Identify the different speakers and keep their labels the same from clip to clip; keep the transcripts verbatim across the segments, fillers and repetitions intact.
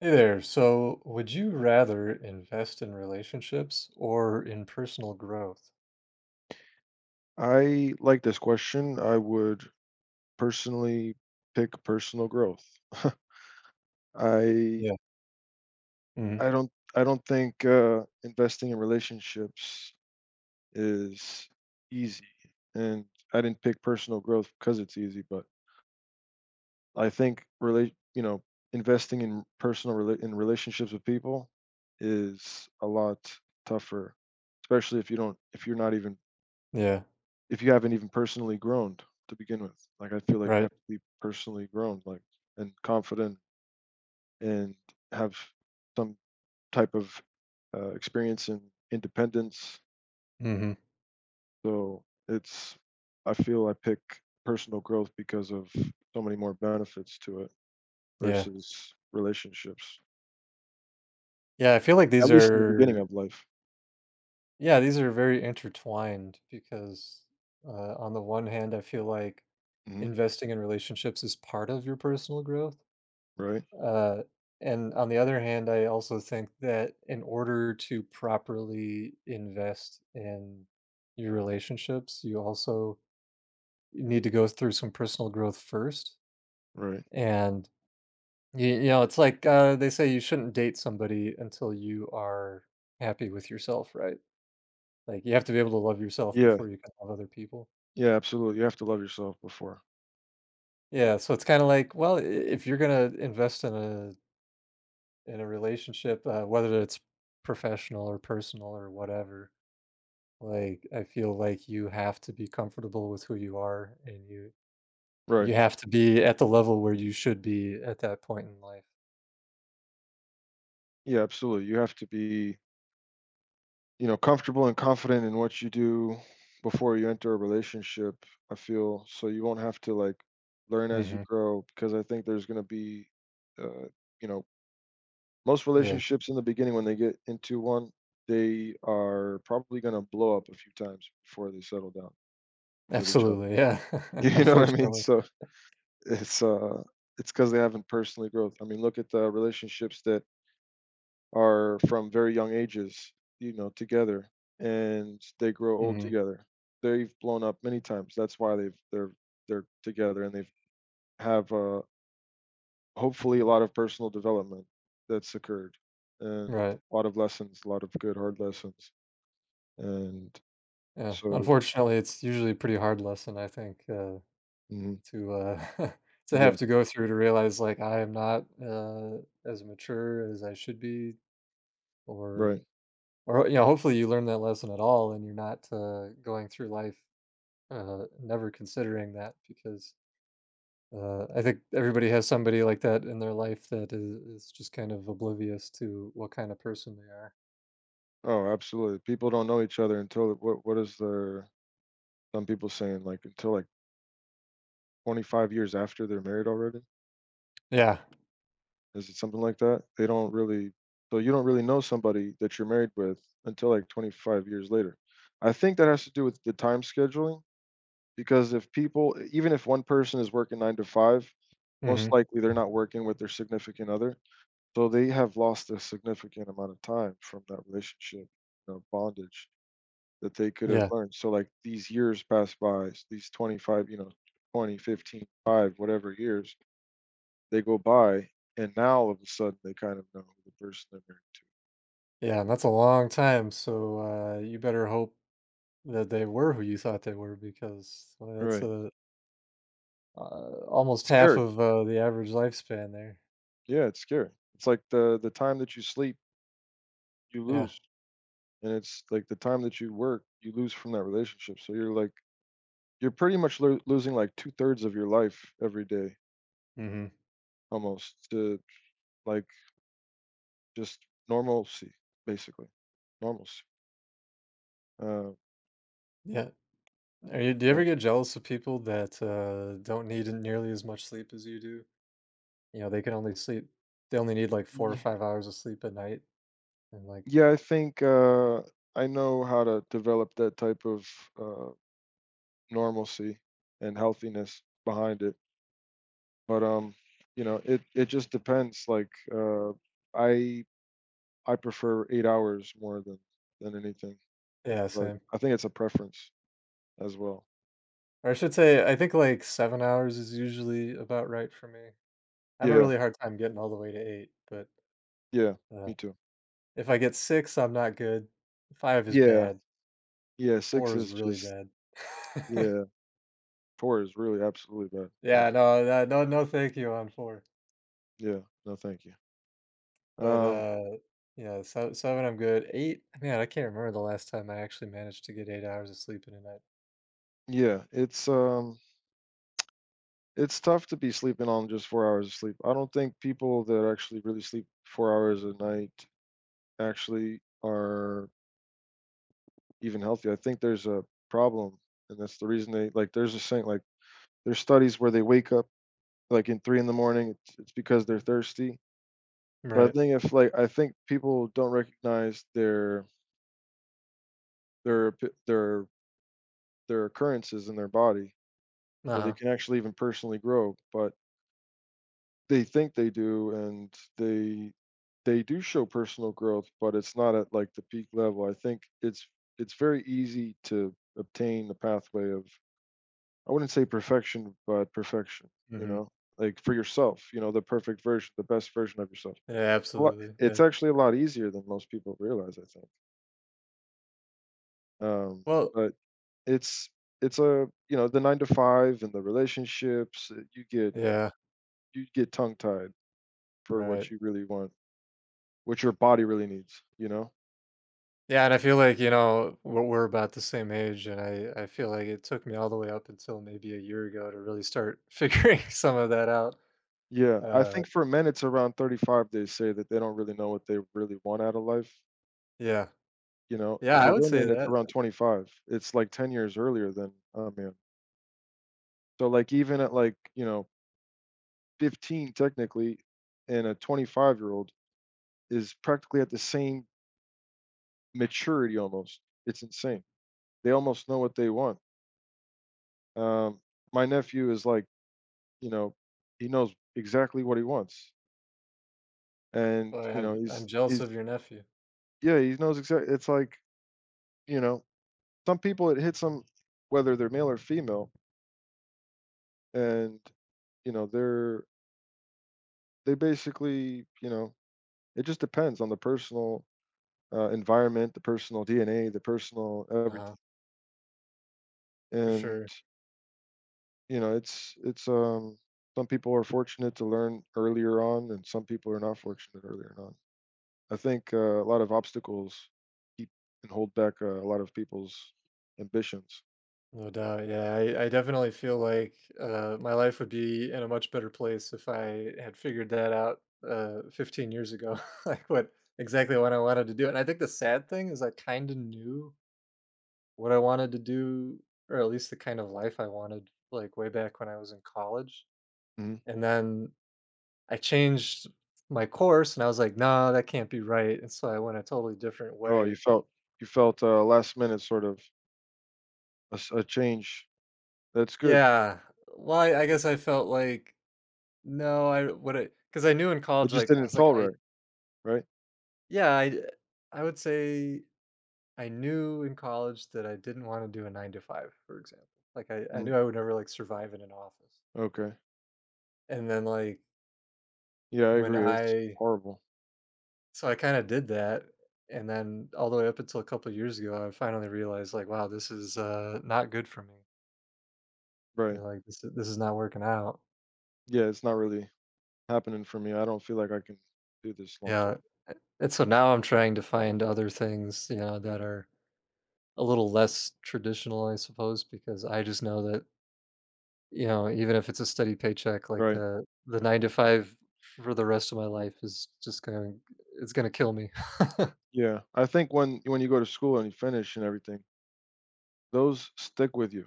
Speaker 1: Hey there. So, would you rather invest in relationships or in personal growth?
Speaker 2: I like this question. I would personally pick personal growth. I
Speaker 1: Yeah. hmm
Speaker 2: I don't I don't think uh, investing in relationships is easy, and I didn't pick personal growth because it's easy. But I think relate you know investing in personal rela- in relationships with people is a lot tougher, especially if you don't if you're not even
Speaker 1: Yeah.
Speaker 2: if you haven't even personally grown to begin with. Like I feel like you have
Speaker 1: Right.
Speaker 2: to be personally grown, like and confident and have some type of uh, experience and independence.
Speaker 1: hmm
Speaker 2: So it's I feel I pick personal growth because of so many more benefits to it
Speaker 1: Yeah.
Speaker 2: versus relationships.
Speaker 1: Yeah, I feel like
Speaker 2: At
Speaker 1: these
Speaker 2: least in the beginning
Speaker 1: are,
Speaker 2: of life.
Speaker 1: yeah, these are very intertwined because, uh, on the one hand, I feel like
Speaker 2: hmm
Speaker 1: investing in relationships is part of your personal growth.
Speaker 2: Right.
Speaker 1: Uh, and on the other hand, I also think that in order to properly invest in your relationships, you also you need to go through some personal growth first.
Speaker 2: Right.
Speaker 1: And you, you know, it's like uh, they say you shouldn't date somebody until you are happy with yourself, right? Like you have to be able to love yourself
Speaker 2: Yeah.
Speaker 1: before you can love other people.
Speaker 2: Yeah. Absolutely. You have to love yourself before.
Speaker 1: Yeah, so it's kind of like, well, i- if you're gonna invest in a in a relationship, uh, whether it's professional or personal or whatever, like I feel like you have to be comfortable with who you are, and you
Speaker 2: Right.
Speaker 1: you have to be at the level where you should be at that point in life.
Speaker 2: Yeah. Absolutely. You have to be you know, comfortable and confident in what you do before you enter a relationship, I feel. So you won't have to like learn as you
Speaker 1: hmm
Speaker 2: grow because I think there's going to be, uh, you know, most
Speaker 1: Yeah.
Speaker 2: relationships in the beginning when they get into one, they are probably going to blow up a few times before they settle down with each other.
Speaker 1: Absolutely, yeah.
Speaker 2: You know what I mean?
Speaker 1: Unfortunately.
Speaker 2: So it's, uh, it's because they haven't personally growth. I mean, look at the relationships that are from very young ages, you know, together, and they grow old
Speaker 1: Mhm.
Speaker 2: together. They've blown up many times. That's why they've they're they're together and they've have uh, hopefully a lot of personal development that's occurred and
Speaker 1: Right.
Speaker 2: a lot of lessons, a lot of good hard lessons. And
Speaker 1: Yeah.
Speaker 2: so,
Speaker 1: Unfortunately, it's usually a pretty hard lesson, I think, uh,
Speaker 2: mhm,
Speaker 1: to, uh, to
Speaker 2: yeah,
Speaker 1: have to go through to realize, like, I am not, uh, as mature as I should be or
Speaker 2: right.
Speaker 1: or, you know, hopefully you learn that lesson at all and you're not, uh, going through life, uh, never considering that because, uh, I think everybody has somebody like that in their life that is is just kind of oblivious to what kind of person they are.
Speaker 2: Oh, absolutely. People don't know each other until what what is their some people saying like until like twenty-five years after they're married already.
Speaker 1: Yeah.
Speaker 2: Is it something like that? They don't really so you don't really know somebody that you're married with until, like, twenty-five years later. I think that has to do with the time scheduling because if people e, even if one person is working nine to five, most
Speaker 1: Mhm.
Speaker 2: likely they're not working with their significant other, so they have lost a significant amount of time from that relationship, you know, bondage that they could have
Speaker 1: Yeah.
Speaker 2: learned. So, like, these years pass by, s- these twenty-five, you know, twenty, fifteen, five, whatever years, they go by, and now all of a sudden they kind of know who the person they're married to.
Speaker 1: Yeah, and that's a long time, so, uh, you better hope that they were who you thought they were because, uh, that's,
Speaker 2: Right.
Speaker 1: a uh, almost half
Speaker 2: Scary.
Speaker 1: of, uh, the average lifespan there.
Speaker 2: Yeah, it's scary. It's like the the time that you sleep, you
Speaker 1: Yeah,
Speaker 2: lose, and it's like the time that you work, you lose from that relationship. So you're like you're pretty much lo- losing like two thirds of your life every day
Speaker 1: mhm,
Speaker 2: almost to like just normalcy, basically normalcy. Uh,
Speaker 1: yeah. Are you Do you ever
Speaker 2: well,
Speaker 1: get jealous of people that, uh, don't need nearly as much sleep as you do? You know, they can only sleep they only need, like, four or
Speaker 2: y-
Speaker 1: five hours of sleep at night and, like
Speaker 2: yeah, I think uh, I know how to develop that type of uh, normalcy and healthiness behind it. But um, you know, it it just depends. Like uh, I I prefer eight hours more than than anything,
Speaker 1: Yeah,
Speaker 2: but
Speaker 1: same.
Speaker 2: I think it's a preference as well.
Speaker 1: Or I should say, I think, like, seven hours is usually about right for me. I have a
Speaker 2: Yeah,
Speaker 1: really hard time getting all the way to eight, but,
Speaker 2: yeah,
Speaker 1: uh
Speaker 2: me too.
Speaker 1: If I get six, I'm not good. five is
Speaker 2: Yeah,
Speaker 1: bad.
Speaker 2: yeah.
Speaker 1: four
Speaker 2: Six
Speaker 1: is
Speaker 2: is
Speaker 1: really
Speaker 2: just
Speaker 1: bad.
Speaker 2: yeah. Four is really absolutely bad. Yeah,
Speaker 1: Yeah, no, no, no, no thank you on four.
Speaker 2: yeah. No, thank you.
Speaker 1: But,
Speaker 2: Um,
Speaker 1: uh, yeah, se seven, I'm good. eight, man, I can't remember the last time I actually managed to get eight hours of sleep in a night.
Speaker 2: yeah, it's um, it's tough to be sleeping on just four hours of sleep. I don't think people that actually really sleep four hours a night actually are even healthy. I think there's a problem, and that's the reason they like. There's a saying like there's studies where they wake up like in three in the morning. It's, it's because they're thirsty. So I
Speaker 1: Right.
Speaker 2: think if like I think people don't recognize their their p- their their occurrences in their body, so they
Speaker 1: Uh-huh.
Speaker 2: can actually even personally grow, but they think they do, and they they do show personal growth, but it's not at like the peak level. I think it's it's very easy to obtain the pathway of I wouldn't say perfection, but perfection, you
Speaker 1: Mhm.
Speaker 2: know, like for yourself, you know, the perfect version, the best version of yourself.
Speaker 1: Yeah,
Speaker 2: A lot-
Speaker 1: absolutely,
Speaker 2: It's
Speaker 1: yeah.
Speaker 2: actually a lot easier than most people realize, I think. Um,
Speaker 1: Well
Speaker 2: but it's it's a you know the nine to five and the relationships uh, you get
Speaker 1: yeah,
Speaker 2: you get tongue tied for what
Speaker 1: right.
Speaker 2: you really want, what your body really needs, you know.
Speaker 1: Yeah, and I feel like, you know, we're we're about the same age, and I I feel like it took me all the way up until maybe a year ago to really start figuring some of that out.
Speaker 2: Yeah, I
Speaker 1: Uh,
Speaker 2: think for men it's around thirty-five they say that they don't really know what they really want out of life.
Speaker 1: yeah.
Speaker 2: You know,
Speaker 1: Yeah,
Speaker 2: for
Speaker 1: I would say
Speaker 2: women it's
Speaker 1: that.
Speaker 2: around twenty-five. It's like ten years earlier than a man. So like even at like, you know, fifteen technically and a twenty-five-year-old is practically at the same maturity almost. It's
Speaker 1: Mm.
Speaker 2: insane. They almost know what they want. Um, my nephew is like, you know, he knows exactly what he wants. And,
Speaker 1: Well, I
Speaker 2: you know,
Speaker 1: have I'm
Speaker 2: he's
Speaker 1: jealous
Speaker 2: he's
Speaker 1: of your nephew.
Speaker 2: yeah, he knows exactly it's like, you know, some people it hits them whether they're male or female and you know, they're they basically, you know, it just depends on the personal uh, environment, the personal D N A, the personal everything.
Speaker 1: Uh-huh, for
Speaker 2: And
Speaker 1: sure.
Speaker 2: you know, it's it's um some people are fortunate to learn earlier on, and some people are not fortunate earlier on. I think uh, a lot of obstacles keep and hold back uh, a lot of people's ambitions.
Speaker 1: No doubt. Yeah, I I definitely feel like, uh, my life would be in a much better place if I had figured that out, uh, fifteen years ago, like, what exactly what I wanted to do, and I think the sad thing is I kinda knew what I wanted to do, or at least the kind of life I wanted, like, way back when I was in college,
Speaker 2: hmm
Speaker 1: and then I changed my course, and I was like, "No, that can't be right," and so I went a totally different
Speaker 2: Oh, you
Speaker 1: way.
Speaker 2: felt you felt uh, last minute sort of a, s- a change. That's good.
Speaker 1: Yeah. Well, I I guess I felt like, no, I what I because I knew in
Speaker 2: It
Speaker 1: college,
Speaker 2: just
Speaker 1: like, I
Speaker 2: didn't
Speaker 1: was like,
Speaker 2: feel
Speaker 1: I
Speaker 2: right, right?
Speaker 1: yeah, I I would say I knew in college that I didn't wanna do a nine to five, for example. Like, I I
Speaker 2: Mm,
Speaker 1: knew I would never, like, survive in an office.
Speaker 2: okay.
Speaker 1: And then, like,
Speaker 2: Yeah, I
Speaker 1: when
Speaker 2: agree. It's
Speaker 1: I
Speaker 2: horrible.
Speaker 1: so I kinda did that, and then all the way up until a couple of years ago, I finally realized, like, wow, this is, uh, not good for me. You
Speaker 2: Right.
Speaker 1: know, like, this this is not working out.
Speaker 2: Yeah, it's not really happening for me. I don't feel like I can do this long term.
Speaker 1: Yeah, and so now I'm trying to find other things, you know, that are a little less traditional, I suppose, because I just know that, you know, even if it's a steady paycheck, like
Speaker 2: Right.
Speaker 1: the the nine to five for the rest of my life is just gonna it's gonna kill me.
Speaker 2: Yeah. I think when when you go to school and you finish and everything, those stick with you.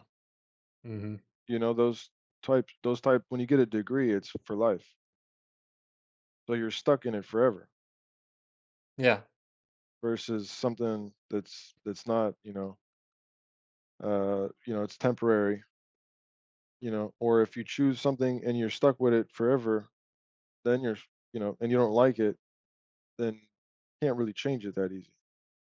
Speaker 1: Mhm.
Speaker 2: You know, those type those type when you get a degree, it's for life. So you're stuck in it forever
Speaker 1: Yeah.
Speaker 2: versus something that's that's not, you know, uh, you know, it's temporary, you know, or if you choose something and you're stuck with it forever, then you're, you know, and you don't like it, then you can't really change it that easy.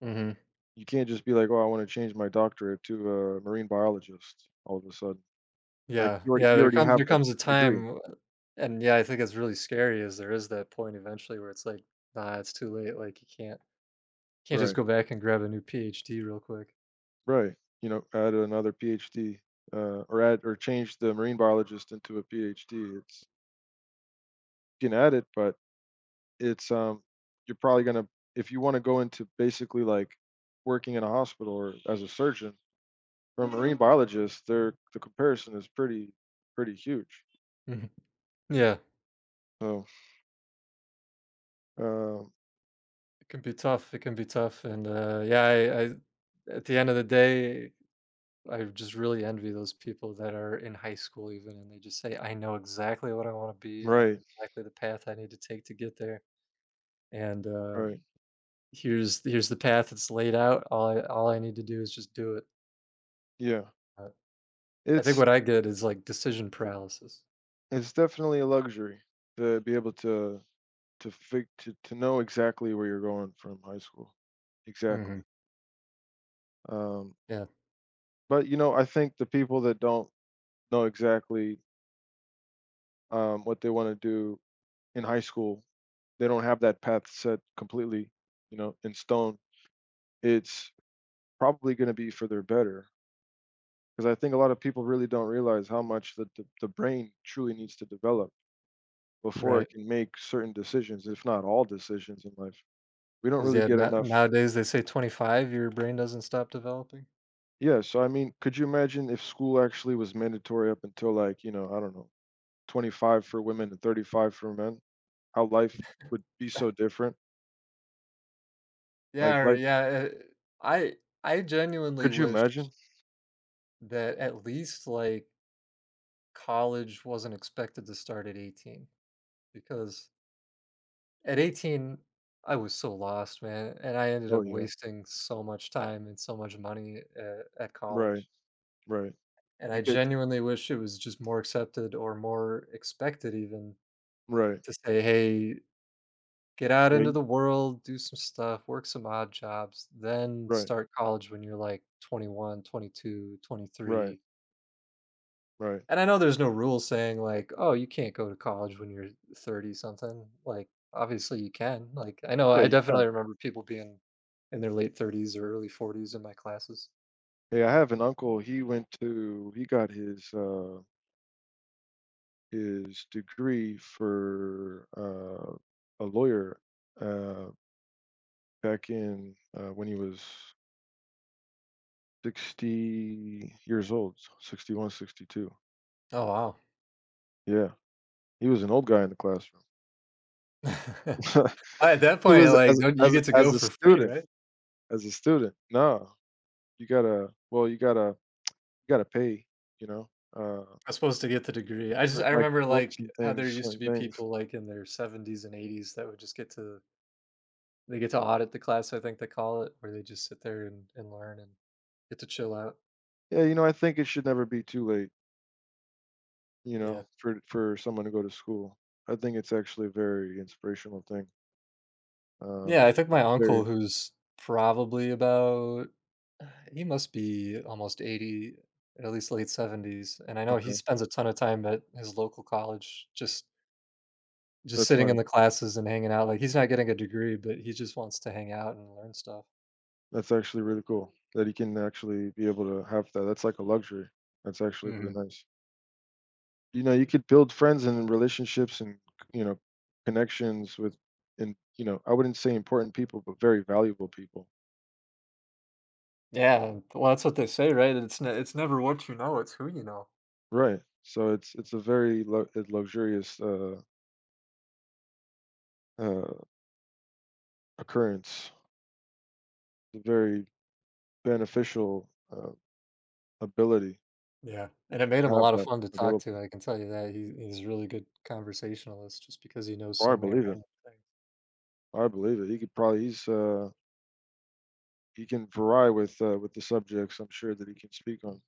Speaker 1: Mhm.
Speaker 2: You can't just be like, "Oh, I wanna change my doctorate to a marine biologist," all of a sudden. Like,
Speaker 1: Yeah.
Speaker 2: you already
Speaker 1: Yeah,
Speaker 2: you
Speaker 1: there
Speaker 2: already
Speaker 1: comes
Speaker 2: have
Speaker 1: there
Speaker 2: the
Speaker 1: comes a
Speaker 2: degree.
Speaker 1: time uh, and yeah, I think it's really scary is there is that point eventually where it's like, "Nah, it's too late." Like, you can't can't just
Speaker 2: Right,
Speaker 1: go back and grab a new PhD real quick.
Speaker 2: right. You know, add another PhD, uh, or add or change the marine biologist into a PhD. It's you can add it, but it's, um you're probably gonna if you wanna go into basically, like, working in a hospital or as a surgeon, for a marine biologist, they're the comparison is pretty pretty huge.
Speaker 1: Mhm. Yeah.
Speaker 2: So, um
Speaker 1: It can be tough, it can be tough, and, uh, yeah, I I at the end of the day I just really envy those people that are in high school even and they just say, I know exactly what I want to be. I know
Speaker 2: right,
Speaker 1: exactly the path I need to take to get there. And uh,
Speaker 2: right.
Speaker 1: here's here's the path that's laid out. All I all I need to do is just do it.
Speaker 2: Yeah.
Speaker 1: Uh, I think
Speaker 2: It's
Speaker 1: what I get is like decision paralysis.
Speaker 2: It's definitely a luxury to be able to to fig to to know exactly where you're going from high school. Exactly.
Speaker 1: hmm
Speaker 2: Um,
Speaker 1: Yeah,
Speaker 2: but you know, I think the people that don't know exactly um, what they want to do in high school, they don't have that path set completely, you know, in stone. It's probably going to be for their better because I think a lot of people really don't realize how much that the, the brain truly needs to develop before
Speaker 1: right.
Speaker 2: it can make certain decisions, if not all decisions in life. We don't
Speaker 1: 'Cause,
Speaker 2: really
Speaker 1: yeah,
Speaker 2: get
Speaker 1: no-
Speaker 2: enough.
Speaker 1: nowadays they say twenty-five, your brain doesn't stop developing.
Speaker 2: Yeah, so I mean, could you imagine if school actually was mandatory up until like, you know, I don't know, twenty-five for women and thirty-five for men? How life would be so different? Like
Speaker 1: Yeah, or-
Speaker 2: life,
Speaker 1: yeah. uh, I I genuinely
Speaker 2: could you
Speaker 1: wish
Speaker 2: imagine?
Speaker 1: that at least like college wasn't expected to start at eighteen, because at eighteen I was so lost, man, and I ended
Speaker 2: Oh
Speaker 1: up
Speaker 2: yeah,
Speaker 1: wasting so much time and so much money at, at
Speaker 2: right,
Speaker 1: college.
Speaker 2: right.
Speaker 1: And
Speaker 2: You
Speaker 1: I
Speaker 2: get
Speaker 1: genuinely wish it was just more accepted or more expected even
Speaker 2: right,
Speaker 1: to say, "Hey, get out
Speaker 2: yeah,
Speaker 1: into
Speaker 2: you-
Speaker 1: the world, do some stuff, work some odd jobs, then
Speaker 2: right,
Speaker 1: start college when you're like twenty-one, twenty-two,
Speaker 2: right,
Speaker 1: twenty-three."
Speaker 2: right.
Speaker 1: And I know there's no rule saying like, "Oh, you can't go to college when you're thirty something." Like, obviously you can. Like, I know
Speaker 2: Yeah,
Speaker 1: I
Speaker 2: you
Speaker 1: definitely
Speaker 2: can.
Speaker 1: remember people being in their late thirties or early forties in my classes.
Speaker 2: Hey, I have an uncle. He went to he got his uh his degree for uh a lawyer uh back in uh when he was sixty years old, sixty-one, sixty-two.
Speaker 1: Oh, wow.
Speaker 2: Yeah, he was an old guy in the classroom.
Speaker 1: At that
Speaker 2: He
Speaker 1: point,
Speaker 2: was
Speaker 1: like,
Speaker 2: as
Speaker 1: don't you
Speaker 2: as
Speaker 1: get to go
Speaker 2: as a
Speaker 1: for free,
Speaker 2: student
Speaker 1: right?
Speaker 2: as a student. No, you gotta well, you gotta you gotta pay, you know, uh,
Speaker 1: I am supposed to get the degree. I just
Speaker 2: but,
Speaker 1: I
Speaker 2: like,
Speaker 1: remember,
Speaker 2: books
Speaker 1: like,
Speaker 2: and
Speaker 1: how
Speaker 2: things,
Speaker 1: there used to
Speaker 2: certain
Speaker 1: be
Speaker 2: things.
Speaker 1: people, like, in their seventies and eighties that would just get to they get to audit the class, I think they call it, where they just sit there and and learn and get to chill out.
Speaker 2: Yeah, you know, I think it should never be too late, you know,
Speaker 1: Yeah.
Speaker 2: for for someone to go to school. I think it's actually a very inspirational thing. Um,
Speaker 1: Yeah, I think my
Speaker 2: it's very
Speaker 1: uncle who's probably about uh, he must be almost eighty, at least late seventies, and I know he
Speaker 2: okay,
Speaker 1: spends a ton of time at his local college just just
Speaker 2: that's
Speaker 1: sitting in
Speaker 2: nice.
Speaker 1: the classes and hanging out, like, he's not getting a degree, but he just wants to hang out and learn stuff.
Speaker 2: That's actually really cool that he can actually be able to have that. That's like a luxury. That's actually really
Speaker 1: Mhm.
Speaker 2: nice. You know, you could build friends and relationships and, you know, connections with and, you know, I wouldn't say important people, but very valuable people.
Speaker 1: Yeah, well, that's what they say, right? It's ne it's never what you know, it's who you know.
Speaker 2: Right. So it's it's a very lu uh, luxurious, uh, uh, occurrence, a very beneficial, uh, ability
Speaker 1: Yeah, and it made him
Speaker 2: to
Speaker 1: a
Speaker 2: have
Speaker 1: lot of
Speaker 2: that
Speaker 1: fun to talk
Speaker 2: available.
Speaker 1: to, I can tell you that. He he's a really good conversationalist just because he knows
Speaker 2: Oh,
Speaker 1: so
Speaker 2: I
Speaker 1: many
Speaker 2: believe it.
Speaker 1: random things.
Speaker 2: I believe it. He could probably he's, uh he can vary with, uh, with the subjects I'm sure that he can speak on.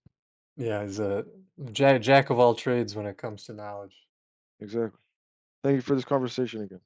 Speaker 1: Yeah, he's a jack jack of all trades when it comes to knowledge.
Speaker 2: Exactly. Thank you for this conversation again.